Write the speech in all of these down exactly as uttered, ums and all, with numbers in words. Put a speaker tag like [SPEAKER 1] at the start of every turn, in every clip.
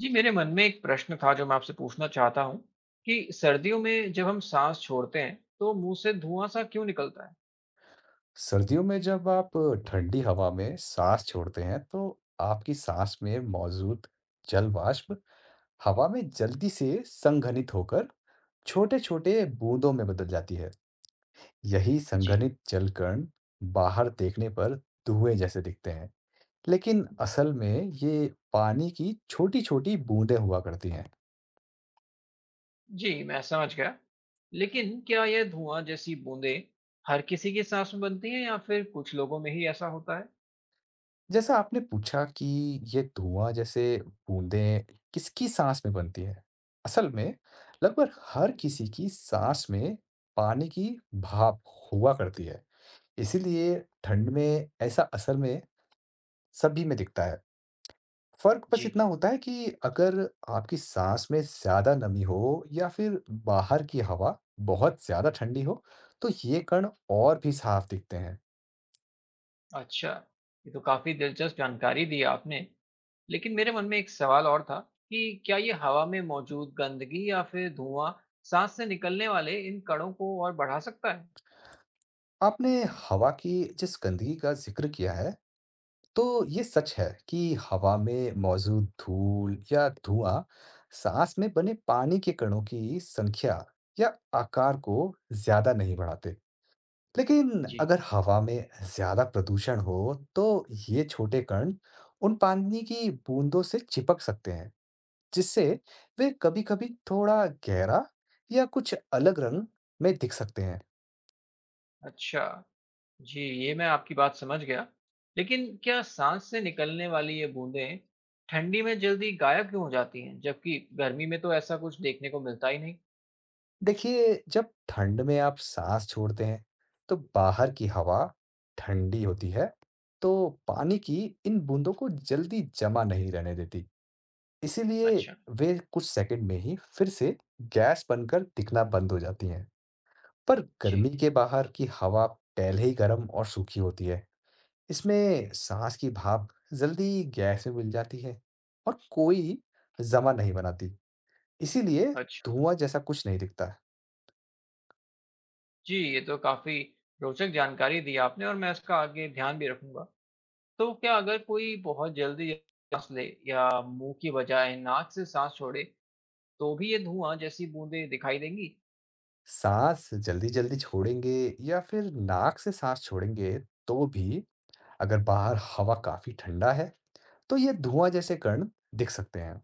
[SPEAKER 1] जी, मेरे मन में एक प्रश्न था जो मैं आपसे पूछना चाहता हूँ कि सर्दियों में जब हम सांस छोड़ते हैं तो मुंह से धुआं सा क्यों निकलता है।
[SPEAKER 2] सर्दियों में जब आप ठंडी हवा में सांस छोड़ते हैं, तो आपकी सांस में मौजूद जल वाष्प हवा में जल्दी से संघनित होकर छोटे-छोटे बूंदों में बदल जाती है। यही
[SPEAKER 1] जी।
[SPEAKER 2] संघनित जल कण बाहर देखने पर धुएं जैसे दिखते हैं, लेकिन असल में ये पानी की छोटी-छोटी बूंदें हुआ करती हैं।
[SPEAKER 1] जी, मैं समझ गया। लेकिन क्या यह धुआं जैसी बूंदें हर किसी की सांस में बनती हैं या फिर कुछ लोगों में ही ऐसा होता है।
[SPEAKER 2] जैसा आपने पूछा कि ये धुआं जैसे बूंदें किसकी सांस में बनती है। असल में लगभग हर किसी की सांस में पानी की भाप हुआ करती है। इसीलिए ठंड में ऐसा असर में सभी में दिखता है। फर्क बस
[SPEAKER 1] जी।
[SPEAKER 2] इतना होता है कि अगर आपकी सांस में ज्यादा नमी हो या फिर बाहर की हवा बहुत ज्यादा ठंडी हो, तो ये कण और भी साफ दिखते हैं।
[SPEAKER 1] अच्छा, ये तो काफी दिलचस्प जानकारी दी आपने। लेकिन मेरे मन में एक सवाल और था कि क्या ये हवा में मौजूद गंदगी या फिर धुआं सांस से निकलने वाले इन कणों को और बढ़ा सकता है।
[SPEAKER 2] आपने हवा की जिस गंदगी का जिक्र किया है, तो ये सच है कि हवा में मौजूद धूल या धुआं सांस में बने पानी के कणों की संख्या या आकार को ज्यादा नहीं बढ़ाते। लेकिन
[SPEAKER 1] जी
[SPEAKER 2] अगर हवा में ज्यादा प्रदूषण हो, तो ये छोटे कण उन पानी की बूंदों से चिपक सकते हैं, जिससे वे कभी-कभी थोड़ा गहरा या कुछ अलग
[SPEAKER 1] हाँ,
[SPEAKER 2] रंग में दिख सकते हैं।
[SPEAKER 1] अच्छा। जी, ये मैं आपकी बात समझ गया। लेकिन क्या सांस से निकलने वाली ये बूंदें ठंडी में जल्दी गायब क्यों हो जाती हैं, जबकि गर्मी में तो ऐसा कुछ देखने को मिलता ही नहीं?
[SPEAKER 2] देखिए, जब ठंड में आप साँस छोड़ते हैं, तो बाहर की हवा ठंडी होती है, तो पानी की इन बूंदों को जल्दी जमा नहीं रहने देती। इसीलिए
[SPEAKER 1] अच्छा।
[SPEAKER 2] वे कुछ सेकंड में ही फिर से गैस बनकर दिखना बंद हो जाती हैं। पर
[SPEAKER 1] जी।
[SPEAKER 2] गर्मी के बाहर की हवा पहले ही गर्म और सूखी होती है। इसमें साँस की भाप जल्दी गैस में मिल जाती है और कोई जमा नहीं बनाती। इसीलिए
[SPEAKER 1] अच्छा।
[SPEAKER 2] धुआँ जैसा कुछ नहीं दिखता।
[SPEAKER 1] जी, ये तो काफ़ी रोचक जानकारी दी आपने और मैं इसका आगे ध्यान भी रखूँगा। तो क्या अगर कोई बहुत जल्दी साँस ले या मुँह की बजाय नाक से साँस छोड़े, तो भी ये धुआँ जैसी बूंदें दिखाई देंगी?
[SPEAKER 2] सांस जल्दी-जल्दी छोड़ेंगे या फिर नाक से सांस छोड़ेंगे, तो भी अगर बाहर हवा काफी ठंडा है, तो ये धुआं जैसे कण दिख सकते हैं।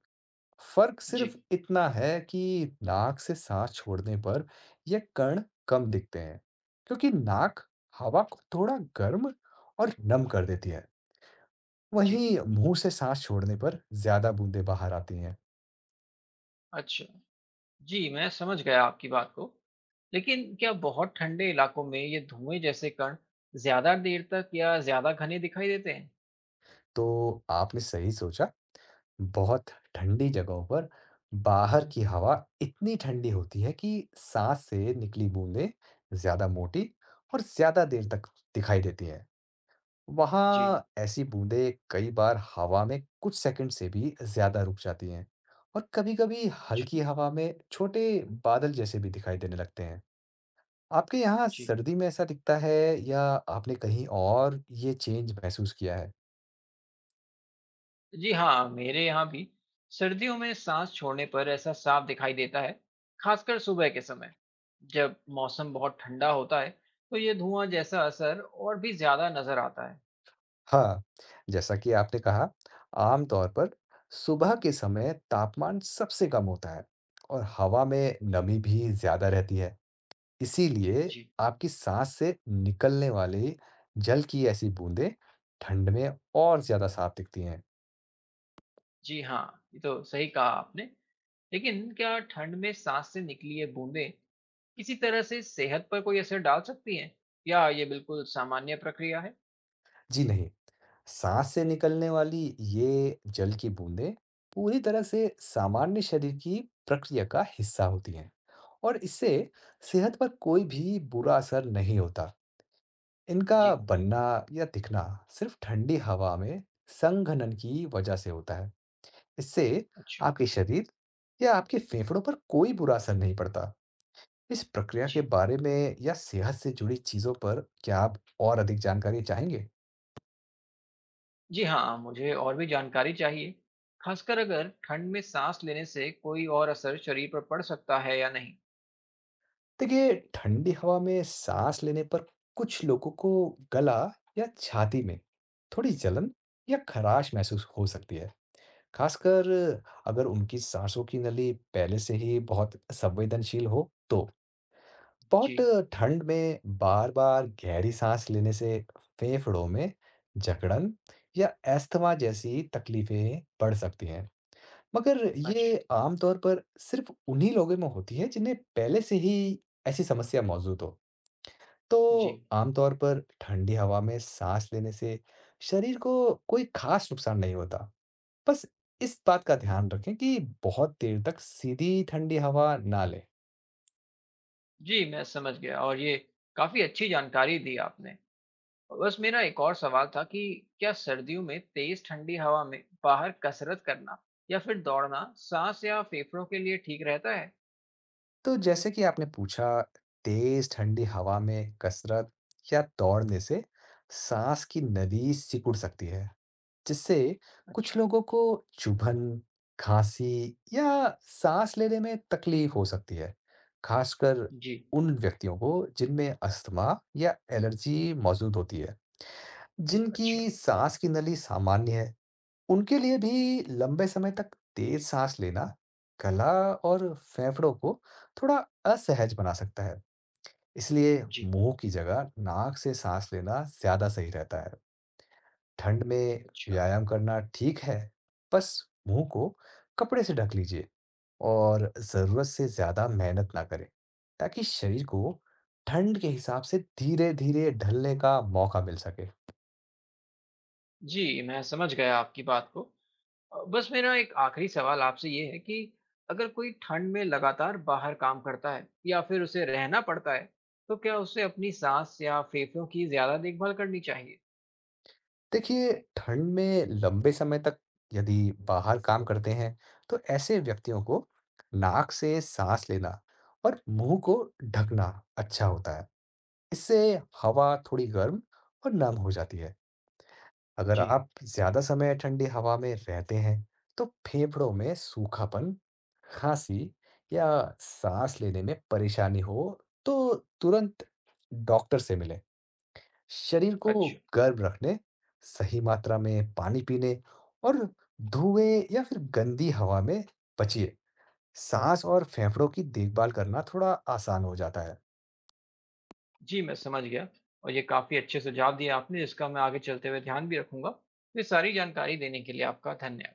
[SPEAKER 2] फर्क
[SPEAKER 1] जी।
[SPEAKER 2] सिर्फ इतना है कि नाक से सांस छोड़ने पर ये कण कम दिखते हैं क्योंकि नाक हवा को थोड़ा गर्म और नम कर देती है।
[SPEAKER 1] जी।
[SPEAKER 2] वहीं मुंह से सांस छोड़ने पर ज्यादा बूंदें बाहर आती हैं।
[SPEAKER 1] अच्छा। जी, मैं समझ गया आपकी बात को। लेकिन क्या बहुत ठंडे इलाकों में ये धुएं जैसे कण ज्यादा देर तक या ज्यादा घने दिखाई देते हैं?
[SPEAKER 2] तो आपने सही सोचा। बहुत ठंडी जगहों पर बाहर की हवा इतनी ठंडी होती है कि सांस से निकली बूंदें ज्यादा मोटी और ज्यादा देर तक दिखाई देती हैं।
[SPEAKER 1] जी।
[SPEAKER 2] वहाँ ऐसी बूंदें कई बार हवा में कुछ सेकंड से भी ज्यादा रुक जाती हैं और कभी-कभी
[SPEAKER 1] अच्छा।
[SPEAKER 2] हल्की हवा में छोटे बादल जैसे भी दिखाई देने लगते हैं। आपके यहाँ
[SPEAKER 1] जी।
[SPEAKER 2] सर्दी में ऐसा दिखता है या आपने कहीं और ये चेंज महसूस किया है?
[SPEAKER 1] जी हाँ, मेरे यहाँ भी सर्दियों में सांस छोड़ने पर ऐसा साफ दिखाई देता है, खासकर सुबह के समय। जब मौसम बहुत ठंडा होता है, तो ये धुआं जैसा असर और भी ज्यादा नजर आता है।
[SPEAKER 2] हाँ, जैसा कि आपने कहा, आम तौर पर सुबह के समय तापमान सबसे कम होता है और हवा में नमी भी ज़्यादा रहती है। इसीलिए
[SPEAKER 1] जी।
[SPEAKER 2] आपकी सांस से निकलने वाली जल की ऐसी बूंदें ठंड में और ज़्यादा साफ दिखती हैं।
[SPEAKER 1] जी हाँ, ये तो सही कहा आपने। लेकिन क्या ठंड में सांस से निकली ये बूंदें किसी तरह से सेहत पर कोई असर डाल सकती हैं या ये बिल्कुल सामान्य प्रक्रिया है।
[SPEAKER 2] जी नहीं, सांस से निकलने वाली ये जल की बूंदें पूरी तरह से सामान्य शरीर की प्रक्रिया का हिस्सा होती हैं और इससे सेहत पर कोई भी बुरा असर नहीं होता। इनका
[SPEAKER 1] जी।
[SPEAKER 2] बनना या दिखना सिर्फ ठंडी हवा में संघनन की वजह से होता है। इससे
[SPEAKER 1] अच्छा।
[SPEAKER 2] आपके शरीर या आपके फेफड़ों पर कोई बुरा असर नहीं पड़ता। इस प्रक्रिया के
[SPEAKER 1] जी।
[SPEAKER 2] बारे में या सेहत से जुड़ी चीजों पर क्या आप और अधिक जानकारी चाहेंगे?
[SPEAKER 1] जी हाँ, मुझे और भी जानकारी चाहिए, खासकर अगर ठंड में सांस लेने से कोई और असर शरीर पर पड़ सकता है या नहीं।
[SPEAKER 2] देखिए, ठंडी हवा में सांस लेने पर कुछ लोगों को गला या छाती में थोड़ी जलन या खराश महसूस हो सकती है। खासकर अगर उनकी सांसों की नली पहले से ही बहुत संवेदनशील हो, तो बहुत
[SPEAKER 1] जी।
[SPEAKER 2] ठंड में बार-बार गहरी साँस लेने से फेफड़ों में जकड़न या अस्थमा जैसी तकलीफें बढ़ सकती हैं। मगर
[SPEAKER 1] अच्छा।
[SPEAKER 2] ये आमतौर पर सिर्फ उन्हीं लोगों में होती है जिन्हें पहले से ही ऐसी समस्या मौजूद हो।
[SPEAKER 1] जी।
[SPEAKER 2] तो आमतौर पर ठंडी हवा में साँस लेने से शरीर को कोई खास नुकसान नहीं होता। बस इस बात का ध्यान रखें कि बहुत देर तक सीधी ठंडी हवा ना लें।
[SPEAKER 1] जी, मैं समझ गया और ये काफ़ी अच्छी जानकारी दी आपने। बस मेरा एक और सवाल था कि क्या सर्दियों में तेज ठंडी हवा में बाहर कसरत करना या फिर दौड़ना सांस या फेफड़ों के लिए ठीक रहता है?
[SPEAKER 2] तो जैसे कि आपने पूछा, तेज ठंडी हवा में कसरत या दौड़ने से सांस की नली सिकुड़ सकती है, जिससे कुछ
[SPEAKER 1] अच्छा।
[SPEAKER 2] लोगों को चुभन, खांसी या सांस लेने में तकलीफ हो सकती है, खासकर
[SPEAKER 1] जी।
[SPEAKER 2] उन व्यक्तियों को जिनमें अस्थमा या एलर्जी मौजूद होती है,
[SPEAKER 1] अच्छा।
[SPEAKER 2] जिनकी सांस की नली सामान्य है। उनके लिए भी लंबे समय तक तेज सांस लेना गला और फेफड़ों को थोड़ा असहज बना सकता है, इसलिए
[SPEAKER 1] जी।
[SPEAKER 2] मुंह की जगह नाक से सांस लेना ज्यादा सही रहता है। ठंड में
[SPEAKER 1] अच्छा।
[SPEAKER 2] व्यायाम करना ठीक है, बस मुंह को कपड़े से ढक लीजिए और जरूरत से ज्यादा मेहनत ना करें, ताकि शरीर को ठंड के हिसाब से धीरे धीरे ढलने का मौका मिल सके।
[SPEAKER 1] जी, मैं समझ गया आपकी बात को। अ, बस मेरा एक आखिरी सवाल आपसे ये है कि अगर कोई ठंड में लगातार बाहर काम करता है या फिर उसे रहना पड़ता है तो क्या उसे अपनी सांस या फेफड़ों की ज्यादा देखभाल करनी चाहिए?
[SPEAKER 2] देखिए, ठंड में लंबे समय तक यदि बाहर काम करते हैं, तो ऐसे व्यक्तियों को नाक से साँस लेना और मुँह को ढकना अच्छा होता है। इससे हवा थोड़ी गर्म और नम हो जाती है। अगर
[SPEAKER 1] जी।
[SPEAKER 2] आप ज़्यादा समय ठंडी हवा में रहते हैं, तो फेफड़ों में सूखापन, खाँसी या साँस लेने में परेशानी हो, तो तुरंत डॉक्टर से मिलें। शरीर को
[SPEAKER 1] अच्छा।
[SPEAKER 2] गर्म रखने, सही मात्रा में पानी पीने और धुएँ या फिर गंदी हवा में बचिए। साँस और फेफड़ों की देखभाल करना थोड़ा आसान हो जाता है।
[SPEAKER 1] जी, मैं समझ गया और ये काफ़ी अच्छे सुझाव दिए आपने, इसका मैं आगे चलते हुए ध्यान भी रखूँगा। ये सारी जानकारी देने के लिए आपका धन्य